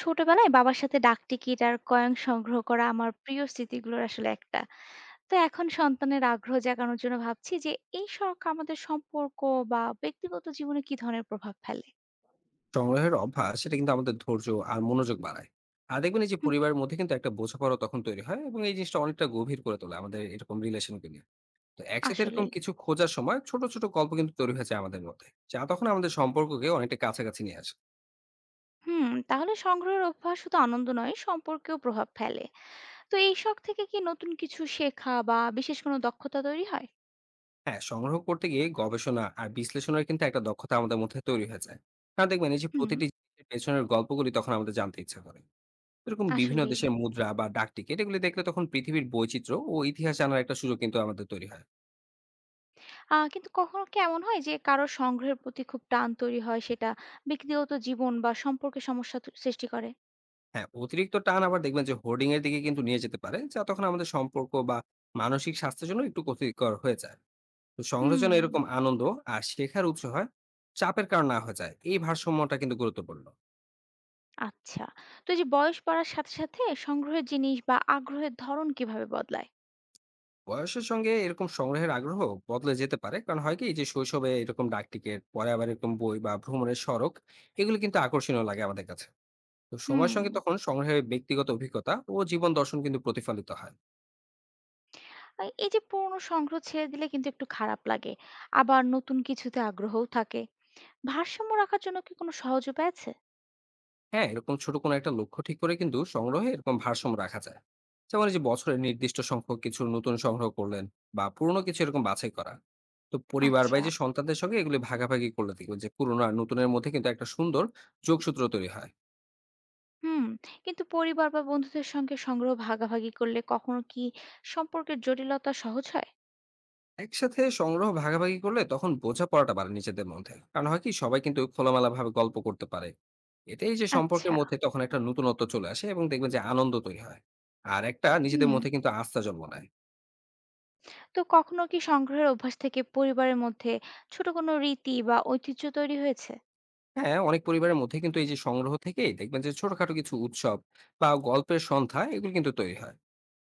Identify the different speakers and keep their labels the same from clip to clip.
Speaker 1: ছোটবেলায় বাবার সাথে ডাকটিকিট আর কয়েন সংগ্রহ করা আমার প্রিয় স্মৃতিগুলোর আসলে একটা। তো এখন সন্তানের আগ্রহ জাগানোর জন্য ভাবছি যে এই শখ আমাদের সম্পর্ক বা ব্যক্তিগত জীবনে কি ধরনের প্রভাব ফেলে?
Speaker 2: সংগ্রহের অভ্যাস সেটা কিন্তু আমাদের ধৈর্য আর মনোযোগ বাড়ায়। আর দেখবেন, এই যে
Speaker 1: হুম।
Speaker 2: পরিবারের মধ্যে কিন্তু একটা বোঝাপড়া তখন তৈরি হয়, এবং এই জিনিসটা অনেকটা গভীর করে তোলে আমাদের এরকম রিলেশনকে নিয়ে। তো একসাথে এরকম
Speaker 1: আসলেই।
Speaker 2: কিছু খোঁজার সময় ছোট ছোট গল্প কিন্তু তৈরি হয়েছে আমাদের মধ্যে, যা তখন আমাদের সম্পর্ককে অনেকটা কাছাকাছি নিয়ে আসে।
Speaker 1: হুম, তাহলে সংগ্রহের অভ্যাস শুধু আনন্দ নয়, সম্পর্কেও প্রভাব ফেলে। তো এই শখ থেকে কি নতুন কিছু শেখা বা বিশেষ কোনো দক্ষতা তৈরি হয়?
Speaker 2: হ্যাঁ, সংগ্রহ করতে গিয়ে গবেষণা আর বিশ্লেষণের কিন্তু একটা দক্ষতা আমাদের মধ্যে তৈরি হয়ে যায়। আর দেখবেন, এই যে
Speaker 1: হুম।
Speaker 2: প্রতিটি জিনিসের পেছনের গল্পগুলি তখন আমাদের জানতে ইচ্ছা করে। এরকম বিভিন্ন
Speaker 1: আসলেই।
Speaker 2: দেশের মুদ্রা বা ডাকটিকিট এগুলি দেখলে তখন পৃথিবীর বৈচিত্র্য ও ইতিহাস জানার একটা সুযোগ কিন্তু আমাদের তৈরি হয়।
Speaker 1: কিন্তু কখনো কি এমন হয় যে কারো সংগ্রহের প্রতি খুব টান তৈরি হয় সেটা ব্যক্তিগত জীবন বা সম্পর্কে সমস্যা ত সৃষ্টি করে?
Speaker 2: হ্যাঁ, অতিরিক্ত টান আবার দেখবেন যে হোর্ডিং এর দিকে কিন্তু নিয়ে যেতে পারে, যা তখন আমাদের সম্পর্ক বা মানসিক স্বাস্থ্যের জন্য একটু ক্ষতিকর হয়ে যায়। তো
Speaker 1: হুম।
Speaker 2: সংরচনা এরকম আনন্দ আর শেখার উৎস হয়, চাপের কারণ না হয়ে যায়। এই ভারসাম্যটা কিন্তু গুরুত্বপূর্ণ।
Speaker 1: আচ্ছা। তো এই যে বয়স বাড়ার সাথে সাথে সংগ্রহের জিনিস বা আগ্রহের ধরন কিভাবে বদলায়?
Speaker 2: বয়সের সঙ্গে এরকম সংগ্রহের আগ্রহ বদলে যেতে পারে। কারণ হয় কি যে শৈশবে এরকম ডাকটিকিট, পরে আবার এরকম বই বা ভ্রমণের সড়ক এগুলো কিন্তু আকর্ষণীয় লাগে আমাদের কাছে। তো
Speaker 1: হুম।
Speaker 2: সময়ের সঙ্গে তখন সংগ্রহের ব্যক্তিগত অভিজ্ঞতা ও জীবন দর্শন কিন্তু প্রতিফলিত হয়।
Speaker 1: আর এই যে পুরনো সংগ্রহ ছেড়ে দিলে কিন্তু একটু খারাপ লাগে, আবার নতুন কিছুতে আগ্রহও থাকে। ভারসাম্য রাখার জন্য কি কোনো সহজ উপায় আছে?
Speaker 2: হ্যাঁ, এরকম ছোট কোনো একটা লক্ষ্য ঠিক করে কিন্তু সংগ্রহে এরকম ভারসাম্য রাখা যায়। যেমন এই যে বছরের নির্দিষ্ট সংখ্যক কিছু নতুন সংগ্রহ করলেন বা পুরনো কিছু এরকম বাছাই করা। তো পরিবার বা
Speaker 1: আচ্ছা।
Speaker 2: এই যে সন্তানদের সঙ্গে এগুলি ভাগাভাগি করলে দেখবেন যে পুরনো আর নতুনের মধ্যে কিন্তু একটা সুন্দর যোগসূত্র তৈরি হয়।
Speaker 1: হুম। কিন্তু পরিবার বা বন্ধুদের সঙ্গে সংগ্রহ ভাগাভাগি করলে কখনো কি সম্পর্কের জটিলতা সহজ হয়?
Speaker 2: একসাথে সংগ্রহ ভাগাভাগি করলে তখন বোঝাপড়াটা বাড়ে নিজেদের মধ্যে, কারণ হয় কি সবাই কিন্তু খোলামেলা ভাবে গল্প করতে পারে। এতেই যে সম্পর্কের
Speaker 1: আচ্ছা।
Speaker 2: মধ্যে তখন একটা নতুনত্ব চলে আসে এবং দেখবেন যে আনন্দ তৈরি হয়। আর একটা নিজেদের
Speaker 1: হুম।
Speaker 2: মধ্যে কিন্তু আস্থা জন্ম নেয়।
Speaker 1: তো কখনো কি সংগ্রহের অভ্যাস থেকে পরিবারের মধ্যে ছোট কোনো রীতি বা ঐতিহ্য তৈরি হয়েছে?
Speaker 2: হ্যাঁ, অনেক পরিবারের মধ্যে কিন্তু এই যে সংগ্রহ থেকেই দেখবেন যে ছোটখাটো কিছু উৎসব বা গল্পের সন্ধ্যা এগুলো কিন্তু তৈরি হয়,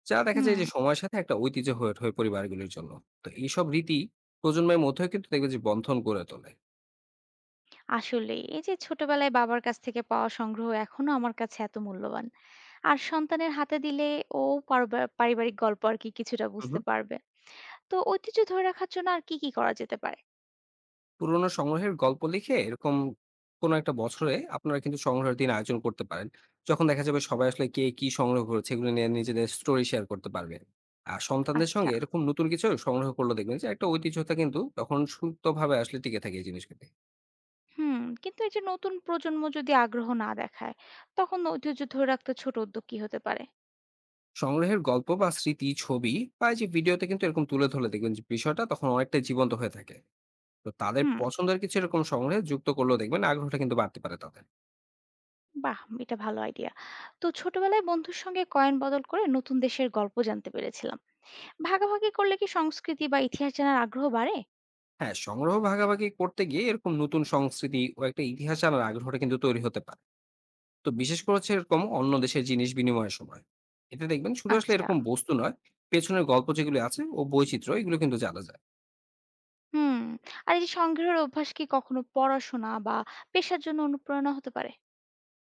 Speaker 2: যা দেখা
Speaker 1: হুম।
Speaker 2: যায় যে সময়ের সাথে একটা ঐতিহ্য হয়ে ওঠে পরিবারগুলির জন্য। তো এইসব রীতি প্রজন্মের মধ্যেও কিন্তু দেখবেন যে বন্ধন গড়ে তোলে।
Speaker 1: আসলেই, এই যে ছোটবেলায় বাবার কাছ থেকে পাওয়া সংগ্রহ এখনো আমার কাছে এত মূল্যবান। আর সন্তানের হাতে দিলে ও পারিবারিক গল্প আর কি কিছুটা
Speaker 2: হুম
Speaker 1: বুঝতে
Speaker 2: হুম
Speaker 1: পারবে। তো ঐতিহ্য ধরে রাখার জন্য আর কি, কি করা যেতে পারে?
Speaker 2: পুরোনো সংগ্রহের গল্প লিখে এরকম কোনো একটা বছরে আপনারা কিন্তু সংগ্রহের দিন আয়োজন করতে পারেন, যখন দেখা যাবে সবাই আসলে কে কি সংগ্রহ করেছে এগুলো নিয়ে নিজেদের স্টোরি শেয়ার করতে পারবে। আর সন্তানদের
Speaker 1: আচ্ছা,
Speaker 2: সঙ্গে এরকম নতুন কিছু সংগ্রহ করলে দেখবেন যে একটা ঐতিহ্যতা কিন্তু তখন সুপ্তভাবে আসলে টিকে থাকে এই জিনিসগুলি।
Speaker 1: হুম। কিন্তু এই যে নতুন প্রজন্ম যদি আগ্রহ না দেখায়, তখন ঐতিহ্য ধরে রাখতে ছোট উদ্যোগ কি হতে পারে?
Speaker 2: সংগ্রহের গল্প বা স্মৃতি ছবি বা এই যে ভিডিওতে কিন্তু এরকম তুলে ধরলে দেখবেন যে বিষয়টা তখন অনেকটা জীবন্ত হয়ে থাকে। তো তাদের
Speaker 1: হুম,
Speaker 2: পছন্দের কিছু এরকম সংগ্রহে যুক্ত করলেও দেখবেন আগ্রহটা কিন্তু বাড়তে পারে তাদের।
Speaker 1: বাহ! এটা ভালো আইডিয়া। তো ছোটবেলায় বন্ধুর সঙ্গে কয়েন বদল করে নতুন দেশের গল্প জানতে পেরেছিলাম। ভাগাভাগি করলে কি সংস্কৃতি বা ইতিহাস জানার আগ্রহ বাড়ে?
Speaker 2: হ্যাঁ, সংগ্রহ ভাগাভাগি করতে গিয়ে এরকম নতুন সংস্কৃতি ও একটা ইতিহাস জানার আগ্রহটা কিন্তু তৈরি হতে পারে। তো বিশেষ করে হচ্ছে এরকম অন্য দেশের জিনিস বিনিময়ের সময় এতে দেখবেন শুধু আসলে
Speaker 1: আচ্ছা।
Speaker 2: এরকম বস্তু নয়, পেছনের গল্প যেগুলো আছে ও বৈচিত্র্য এগুলো কিন্তু জানা যায়।
Speaker 1: হুম। আর এই যে সংগ্রহের অভ্যাস কি কখনো পড়াশোনা বা পেশার জন্য অনুপ্রেরণা হতে পারে?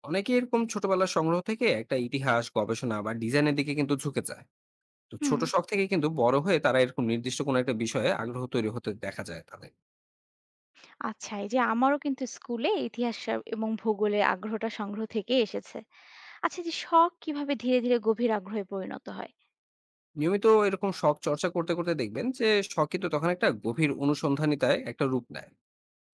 Speaker 2: অনেকে এরকম ছোটবেলার সংগ্রহ থেকে একটা ইতিহাস গবেষণা বা ডিজাইনের দিকে কিন্তু ঝুঁকে যায়। তো
Speaker 1: হুম।
Speaker 2: ছোট শখ থেকে কিন্তু বড় হয়ে তারা এরকম নির্দিষ্ট কোনো একটা বিষয়ে আগ্রহ তৈরি হতে দেখা যায় তাদের।
Speaker 1: আচ্ছা, এই যে আমারও কিন্তু স্কুলে ইতিহাস এবং ভূগোলের আগ্রহটা সংগ্রহ থেকেই এসেছে। আচ্ছা, এই যে শখ কিভাবে ধীরে, ধীরে গভীর আগ্রহে পরিণত হয়?
Speaker 2: নিয়মিত এরকম শখ চর্চা করতে করতে দেখবেন যে শখ কিন্তু তখন একটা গভীর অনুসন্ধানিতায় একটা রূপ নেয়।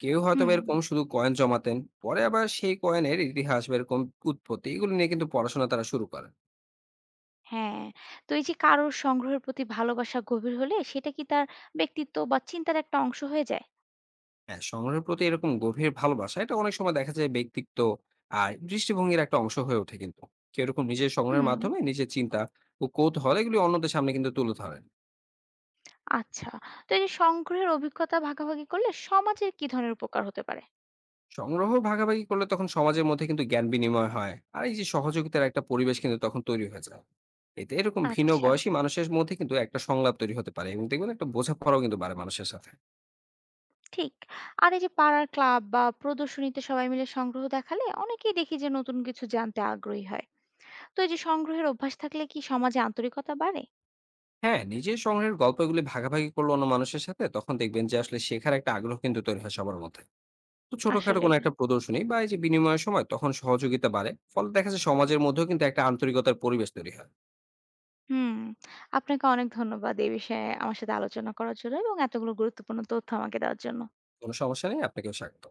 Speaker 2: কেউ হয়তোবা
Speaker 1: হুম,
Speaker 2: এরকম শুধু কয়েন জমাতেন। পরে আবার সেই কয়েনের ইতিহাস বা এরকম উৎপত্তি এগুলো নিয়ে কিন্তু পড়াশোনা তারা শুরু করে।
Speaker 1: হ্যাঁ। তো এই যে কারোর সংগ্রহের প্রতি ভালোবাসা গভীর হলে সেটা কি তার ব্যক্তিত্ব বা চিন্তার একটা অংশ হয়ে যায়?
Speaker 2: হ্যাঁ, সংগ্রহের প্রতি এরকম গভীর ভালোবাসা এটা অনেক সময় দেখা যায় ব্যক্তিত্ব আর দৃষ্টিভঙ্গির একটা অংশ হয়ে ওঠে কিন্তু। কেউ এরকম নিজের সংগ্রহের
Speaker 1: হুম,
Speaker 2: মাধ্যমে নিজের চিন্তা ও কৌতূহল এগুলি অন্যদের সামনে কিন্তু তুলে ধরে।
Speaker 1: আচ্ছা। তো এই যে সংগ্রহের অভিজ্ঞতা ভাগাভাগি করলে সমাজের কি ধরনের উপকার হতে পারে?
Speaker 2: সংগ্রহ ভাগাভাগি করলে তখন সমাজের মধ্যে কিন্তু জ্ঞান বিনিময় হয়, আর এই যে সহযোগিতার একটা পরিবেশ কিন্তু তখন তৈরি হয়ে যায়। এতে এরকম ভিন্ন
Speaker 1: আচ্ছা।
Speaker 2: বয়সী মানুষের মধ্যে কিন্তু একটা সংলাপ তৈরি হতে পারে এবং দেখবেন একটা বোঝাপড়াও কিন্তু বাড়ে মানুষের সাথে।
Speaker 1: ঠিক। আর এই যে পাড়ার ক্লাব বা প্রদর্শনীতে সবাই মিলে সংগ্রহ দেখালে অনেকেই দেখি যে নতুন কিছু জানতে আগ্রহী হয়। তো এই যে সংগ্রহের অভ্যাস থাকলে কি সমাজে আন্তরিকতা বাড়ে?
Speaker 2: হ্যাঁ, নিজের সংগ্রহের গল্পগুলি ভাগাভাগি করলো অন্য মানুষের সাথে তখন দেখবেন যে আসলে শেখার একটা আগ্রহ কিন্তু তৈরি হয় সবার মধ্যে। তো ছোটখাটো কোনো
Speaker 1: আসলেই।
Speaker 2: একটা প্রদর্শনী বা এই যে বিনিময়ের সময় তখন সহযোগিতা বাড়ে, ফলে দেখা যায় সমাজের মধ্যেও কিন্তু একটা আন্তরিকতার পরিবেশ তৈরি হয়।
Speaker 1: হুম। আপনাকে অনেক ধন্যবাদ এই বিষয়ে আমার সাথে আলোচনা করার জন্য এবং এতগুলো গুরুত্বপূর্ণ তথ্য আমাকে দেওয়ার জন্য।
Speaker 2: কোনো সমস্যা নেই, আপনাকেও স্বাগত।